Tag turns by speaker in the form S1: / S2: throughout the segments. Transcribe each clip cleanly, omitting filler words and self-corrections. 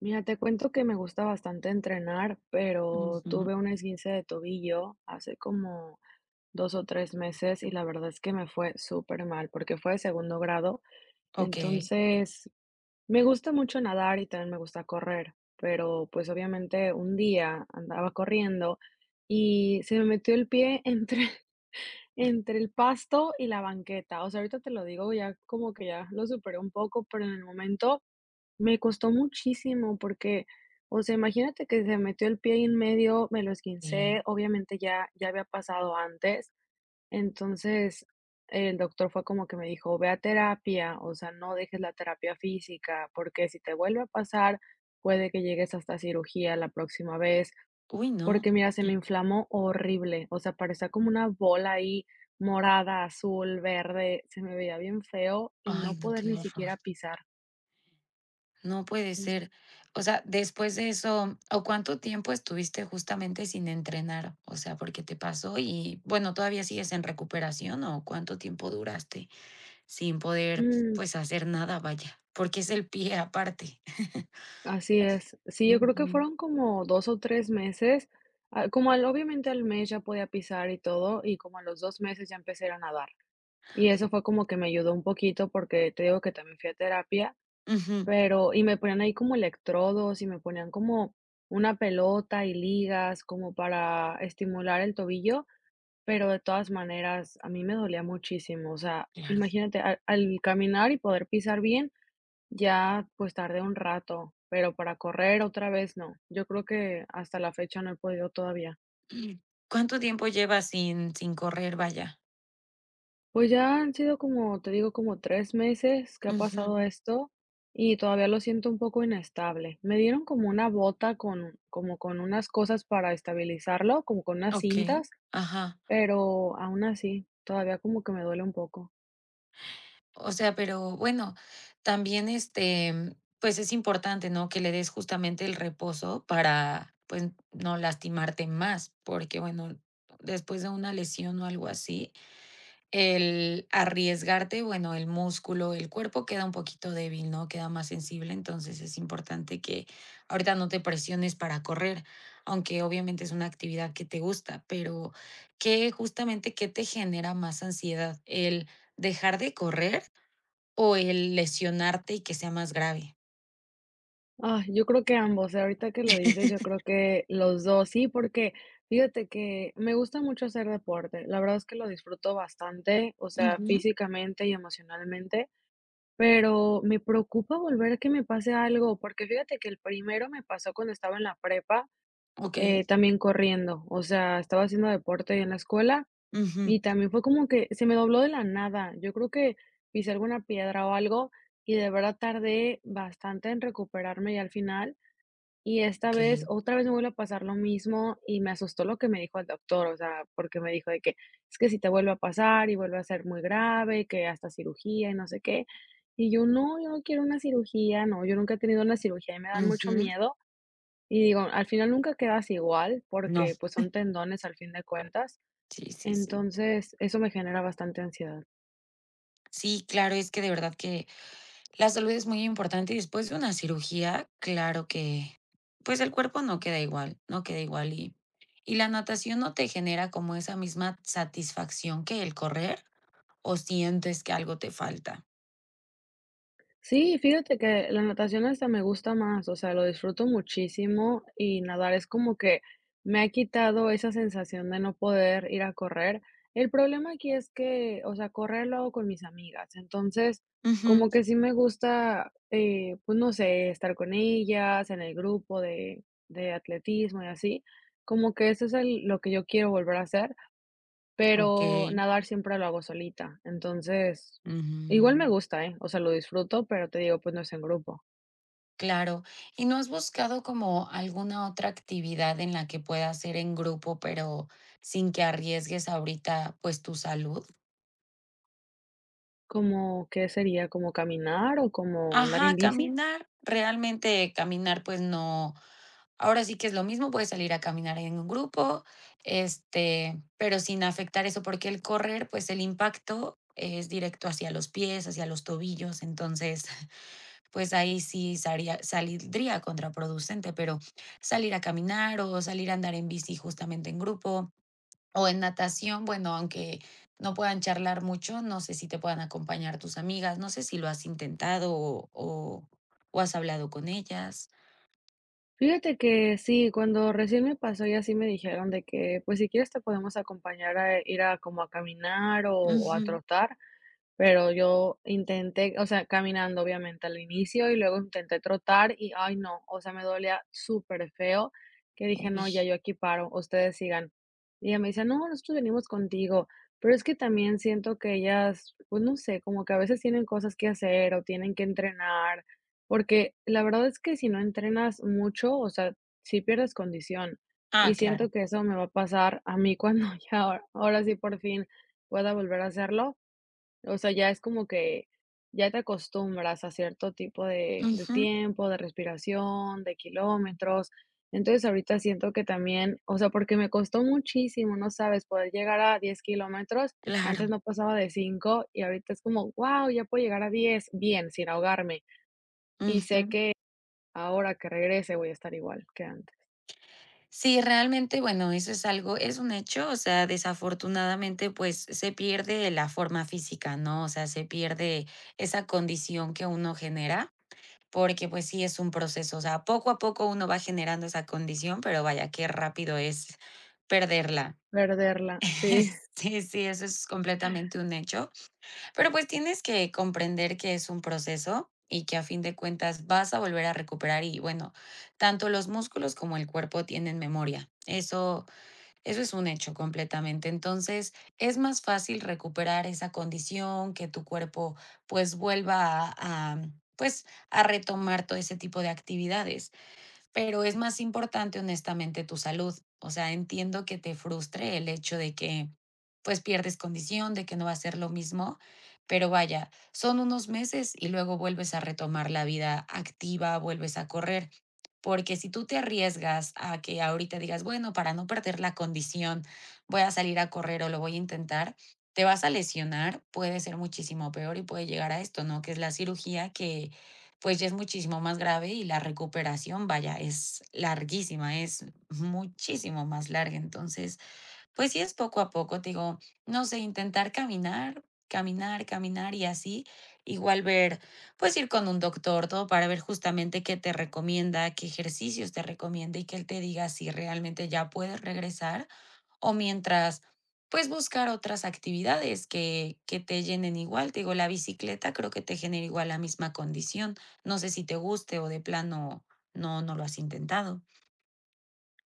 S1: Mira, te cuento que me gusta bastante entrenar, pero
S2: Ujú,
S1: tuve un esguince de tobillo hace como 2 o 3 meses y la verdad es que me fue súper mal porque fue de segundo grado.
S2: okey,
S1: Entonces, me gusta mucho nadar y también me gusta correr, pero pues obviamente un día andaba corriendo y se me metió el pie entre, entre el pasto y la banqueta. O sea, ahorita te lo digo ya como que ya lo superé un poco, pero en el momento me costó muchísimo porque, o sea, imagínate que se metió el pie ahí en medio, me lo esguincé,
S2: bien.
S1: obviamente ya había pasado antes, entonces el doctor fue como que me dijo: "Ve a terapia, o sea, no dejes la terapia física, porque si te vuelve a pasar, puede que llegues hasta cirugía la próxima vez",
S2: Uy, no.
S1: porque mira, se me inflamó horrible, o sea, parecía como una bola ahí morada, azul, verde, se me veía bien feo y
S2: Ay,
S1: no
S2: no,
S1: poder
S2: qué
S1: ni
S2: horror.
S1: siquiera pisar.
S2: No puede
S1: Sí.
S2: ser. O sea, después de eso, ¿o cuánto tiempo estuviste justamente sin entrenar? O sea, porque te pasó y, bueno, ¿todavía sigues en recuperación o cuánto tiempo duraste sin poder,
S1: Mm.
S2: pues, hacer nada, vaya? Porque es el pie aparte.
S1: Así es. Sí, yo creo que
S2: Ujú,
S1: fueron como 2 o 3 meses. Ah, como al obviamente al mes ya podía pisar y todo, y como a los 2 meses ya empecé a ir a nadar. Y eso fue como que me ayudó un poquito porque te digo que también fui a terapia,
S2: ujú,
S1: y me ponían ahí como electrodos y me ponían como una pelota y ligas como para estimular el tobillo, pero de todas maneras a mí me dolía muchísimo. O sea,
S2: claro.
S1: imagínate, al caminar y poder pisar bien, ya, pues tardé un rato, pero para correr otra vez no. Yo creo que hasta la fecha no he podido todavía.
S2: Mm. ¿Cuánto tiempo llevas sin correr, vaya?
S1: Pues ya han sido como, te digo, como 3 meses que ha
S2: Ujú,
S1: pasado esto y todavía lo siento un poco inestable. Me dieron como una bota con, como con unas cosas para estabilizarlo, como con unas
S2: okey,
S1: cintas,
S2: ajá.
S1: pero aún así, todavía como que me duele un poco.
S2: O sea, pero bueno, también, este, pues, es importante, ¿no?, que le des justamente el reposo para, pues, no lastimarte más, porque, bueno, después de una lesión o algo así, el arriesgarte, bueno, el músculo, el cuerpo queda un poquito débil, ¿no?, queda más sensible, entonces es importante que ahorita no te presiones para correr, aunque obviamente es una actividad que te gusta, pero, ¿que justamente qué te genera más ansiedad? ¿El dejar de correr o el lesionarte y que sea más grave?
S1: Ah, yo creo que ambos, ahorita que lo dices, yo creo que los 2 sí, porque fíjate que me gusta mucho hacer deporte, la verdad es que lo disfruto bastante, o sea,
S2: Ujú,
S1: físicamente y emocionalmente, pero me preocupa volver a que me pase algo, porque fíjate que el primero me pasó cuando estaba en la prepa,
S2: okey,
S1: también corriendo, o sea, estaba haciendo deporte en la escuela
S2: ujú,
S1: y también fue como que se me dobló de la nada, yo creo que pisé alguna piedra o algo y de verdad tardé bastante en recuperarme y al final y esta vez,
S2: okey,
S1: otra vez me vuelve a pasar lo mismo y me asustó lo que me dijo el doctor, o sea, porque me dijo de que es que si te vuelve a pasar y vuelve a ser muy grave, que hasta cirugía y no sé qué. Y yo no quiero una cirugía, no, yo nunca he tenido una cirugía y me dan mucho
S2: ujú.
S1: miedo. Y digo, al final nunca quedas igual
S2: No,
S1: porque pues son tendones al fin de cuentas.
S2: sí, sí, sí.
S1: Entonces, eso me genera bastante ansiedad.
S2: Sí, claro, es que de verdad que la salud es muy importante y después de una cirugía, claro que, pues, el cuerpo no queda igual, no queda igual y la natación no te genera como esa misma satisfacción que el correr, ¿o sientes que algo te falta?
S1: Sí, fíjate que la natación hasta me gusta más, o sea, lo disfruto muchísimo y nadar es como que me ha quitado esa sensación de no poder ir a correr. El problema aquí es que, o sea, correr lo hago con mis amigas, entonces
S2: Ujú,
S1: como que sí me gusta, pues no sé, estar con ellas en el grupo de atletismo y así, como que eso es lo que yo quiero volver a hacer. Pero
S2: okey,
S1: nadar siempre lo hago solita, entonces, igual me
S2: ujú.
S1: gusta, ¿eh? O sea, lo disfruto, pero te digo, pues no es en grupo.
S2: Claro. ¿Y no has buscado como alguna otra actividad en la que puedas ir en grupo, pero sin que arriesgues ahorita, pues, tu salud?
S1: ¿Cómo qué sería? ¿Como caminar o como andar en
S2: Ajá,
S1: bici?
S2: caminar. Realmente caminar, pues no, ahora sí que es lo mismo, puedes salir a caminar en un grupo, este, pero sin afectar eso, porque el correr, pues el impacto es directo hacia los pies, hacia los tobillos, entonces pues ahí sí saldría contraproducente, pero salir a caminar o salir a andar en bici justamente en grupo o en natación, bueno, aunque no puedan charlar mucho, no sé si te puedan acompañar tus amigas, no sé si lo has intentado o has hablado con ellas.
S1: Fíjate que sí, cuando recién me pasó y así me dijeron de que, pues si quieres te podemos acompañar a ir a como a caminar o a
S2: Ujú,
S1: trotar. Pero yo intenté, o sea, caminando, obviamente, al inicio, y luego intenté trotar y, ay, no, o sea, me dolía súper feo que dije:
S2: uy,
S1: "No, ya yo aquí paro, ustedes sigan". Y ella me dice: "No, nosotros venimos contigo". Pero es que también siento que ellas, pues, no sé, como que a veces tienen cosas que hacer o tienen que entrenar, porque la verdad es que si no entrenas mucho, o sea, sí pierdes condición, y
S2: ah,
S1: siento
S2: claro,
S1: que eso me va a pasar a mí cuando ya ahora sí por fin pueda volver a hacerlo, o sea, ya es como que ya te acostumbras a cierto tipo de
S2: ujú,
S1: tiempo, de respiración, de kilómetros. Entonces, ahorita siento que también, o sea, porque me costó muchísimo, no sabes, poder llegar a 10 kilómetros.
S2: claro,
S1: Antes no pasaba de 5 y ahorita es como, guau, ya puedo llegar a 10 bien, sin ahogarme. Y sé
S2: ujú.
S1: que ahora que regrese voy a estar igual que antes.
S2: Sí, realmente, bueno, eso es algo, es un hecho, o sea, desafortunadamente, pues, se pierde la forma física, ¿no? O sea, se pierde esa condición que uno genera, porque, pues, sí es un proceso, o sea, poco a poco uno va generando esa condición, pero vaya, qué rápido es perderla.
S1: Perderla, sí.
S2: Sí, sí, eso es completamente un hecho, pero, pues, tienes que comprender que es un proceso y que a fin de cuentas vas a volver a recuperar y, bueno, tanto los músculos como el cuerpo tienen memoria. Eso es un hecho completamente. Entonces, es más fácil recuperar esa condición, que tu cuerpo pues vuelva a, pues a retomar todo ese tipo de actividades. Pero es más importante, honestamente, tu salud. O sea, entiendo que te frustre el hecho de que, pues, pierdes condición, de que no va a ser lo mismo, pero vaya, son unos meses y luego vuelves a retomar la vida activa, vuelves a correr. Porque si tú te arriesgas a que ahorita digas, bueno, para no perder la condición, voy a salir a correr o lo voy a intentar, te vas a lesionar, puede ser muchísimo peor y puede llegar a esto, ¿no? Que es la cirugía que pues ya es muchísimo más grave y la recuperación, vaya, es larguísima, es muchísimo más larga. Entonces, pues sí es poco a poco, te digo, no sé, intentar caminar, caminar, caminar y así, igual ver, pues ir con un doctor, todo para ver justamente qué te recomienda, qué ejercicios te recomienda y que él te diga si realmente ya puedes regresar o mientras, pues, buscar otras actividades que te llenen igual. Te digo, la bicicleta creo que te genera igual la misma condición. No sé si te guste o de plano no, no lo has intentado.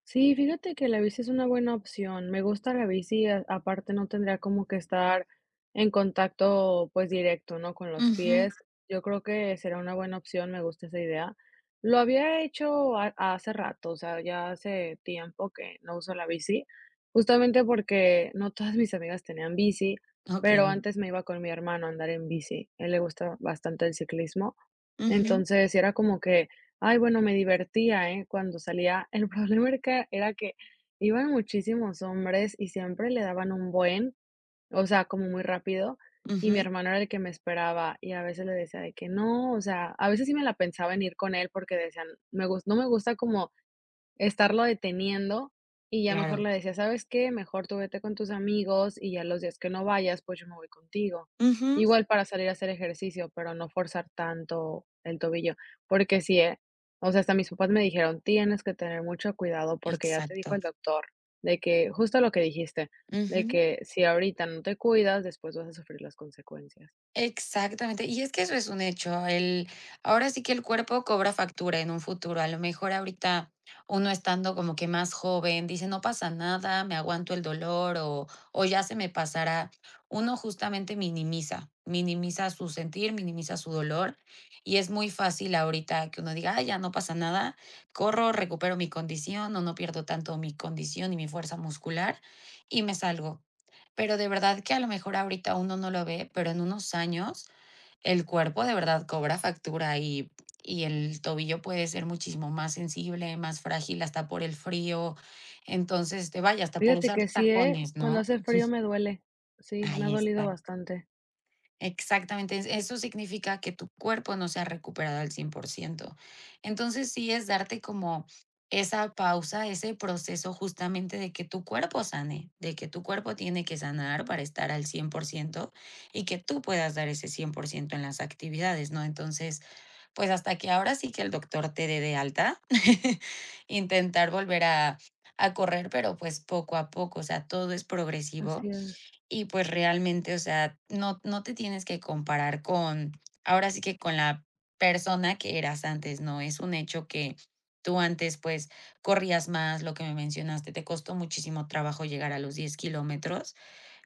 S1: Sí, fíjate que la bici es una buena opción. Me gusta la bici, aparte no tendría como que estar en contacto pues directo, ¿no? Con los
S2: Ujú,
S1: pies. Yo creo que será una buena opción, me gusta esa idea. Lo había hecho hace rato, o sea, ya hace tiempo que no uso la bici, justamente porque no todas mis amigas tenían bici, pero
S2: okey.
S1: antes me iba con mi hermano a andar en bici. A él le gusta bastante el ciclismo.
S2: Ujú,
S1: Entonces, era como que ay, bueno, me divertía, ¿eh? Cuando salía, el problema era que iban muchísimos hombres y siempre le daban un buen, o sea, como muy rápido, y mi
S2: ujú,
S1: hermano era el que me esperaba, y a veces le decía de que no, o sea, a veces sí me la pensaba en ir con él porque decían, me gus no me gusta como estarlo deteniendo y ya mejor
S2: claro.
S1: le decía, ¿sabes qué? Mejor tú vete con tus amigos y ya los días que no vayas, pues yo me voy contigo.
S2: Ujú,
S1: Igual para salir a hacer ejercicio, pero no forzar tanto el tobillo, porque sí, o sea, hasta mis papás me dijeron, tienes que tener mucho cuidado porque ya te dijo
S2: exacto.
S1: el doctor de que, justo lo que dijiste, de
S2: Ujú.
S1: que si ahorita no te cuidas, después vas a sufrir las consecuencias.
S2: Exactamente, y es que eso es un hecho, el ahora sí que el cuerpo cobra factura en un futuro, a lo mejor ahorita uno estando como que más joven, dice: "No pasa nada, me aguanto el dolor o ya se me pasará". Uno justamente minimiza, minimiza su sentir, minimiza su dolor, y es muy fácil ahorita que uno diga: "Ay, ya no pasa nada, corro, recupero mi condición o no pierdo tanto mi condición y mi fuerza muscular y me salgo". Pero de verdad que a lo mejor ahorita uno no lo ve, pero en unos años el cuerpo de verdad cobra factura y el tobillo puede ser muchísimo más sensible, más frágil, hasta por el frío. Entonces, te vaya, hasta por
S1: Fíjate
S2: usar
S1: que sí,
S2: tacones,
S1: cuando
S2: ¿no?
S1: hace frío me duele, sí, me ha
S2: Ahí
S1: dolido
S2: está.
S1: bastante,
S2: Exactamente, eso significa que tu cuerpo no se ha recuperado al 100%. Entonces sí es darte como esa pausa, ese proceso justamente de que tu cuerpo sane, de que tu cuerpo tiene que sanar para estar al 100% y que tú puedas dar ese 100% en las actividades, ¿no? Entonces, pues hasta que ahora sí que el doctor te dé de alta, intentar volver a correr, pero pues poco a poco, o sea, todo es progresivo
S1: así es,
S2: y pues realmente, o sea, no te tienes que comparar con, ahora sí que con la persona que eras antes, ¿no? Es un hecho que tú antes, pues, corrías más, lo que me mencionaste, te costó muchísimo trabajo llegar a los 10 kilómetros,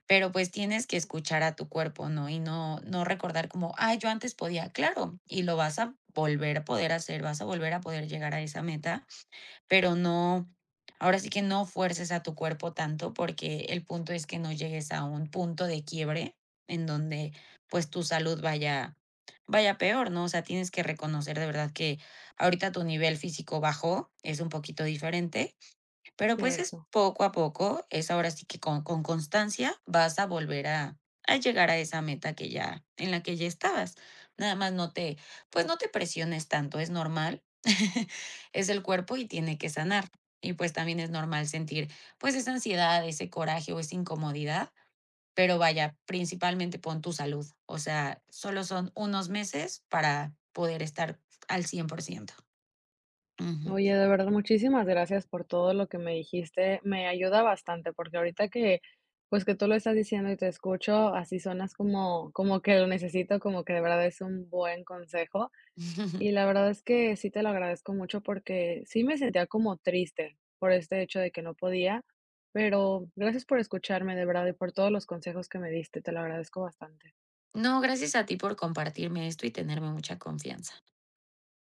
S2: pero, pues, tienes que escuchar a tu cuerpo, ¿no? Y no recordar como: "Ay, yo antes podía". Claro, y lo vas a volver a poder hacer, vas a volver a poder llegar a esa meta, pero no, ahora sí que no fuerces a tu cuerpo tanto porque el punto es que no llegues a un punto de quiebre en donde pues tu salud vaya peor, ¿no? O sea, tienes que reconocer de verdad que ahorita tu nivel físico bajó, es un poquito diferente, pero pues es
S1: cierto.
S2: poco a poco, es ahora sí que con constancia vas a volver a llegar a esa meta que ya, en la que ya estabas. Nada más no te, pues no te presiones tanto, es normal. Es el cuerpo y tiene que sanar. Y pues también es normal sentir pues esa ansiedad, ese coraje o esa incomodidad. Pero vaya, principalmente pon tu salud. O sea, solo son unos meses para poder estar al 100%. Ujú.
S1: Oye, de verdad, muchísimas gracias por todo lo que me dijiste. Me ayuda bastante, porque ahorita que, pues que tú lo estás diciendo y te escucho, así sonas como que lo necesito, como que de verdad es un buen consejo. Y la verdad es que sí te lo agradezco mucho porque sí me sentía como triste por este hecho de que no podía, pero gracias por escucharme, de verdad, y por todos los consejos que me diste. Te lo agradezco bastante.
S2: No, gracias a ti por compartirme esto y tenerme mucha confianza.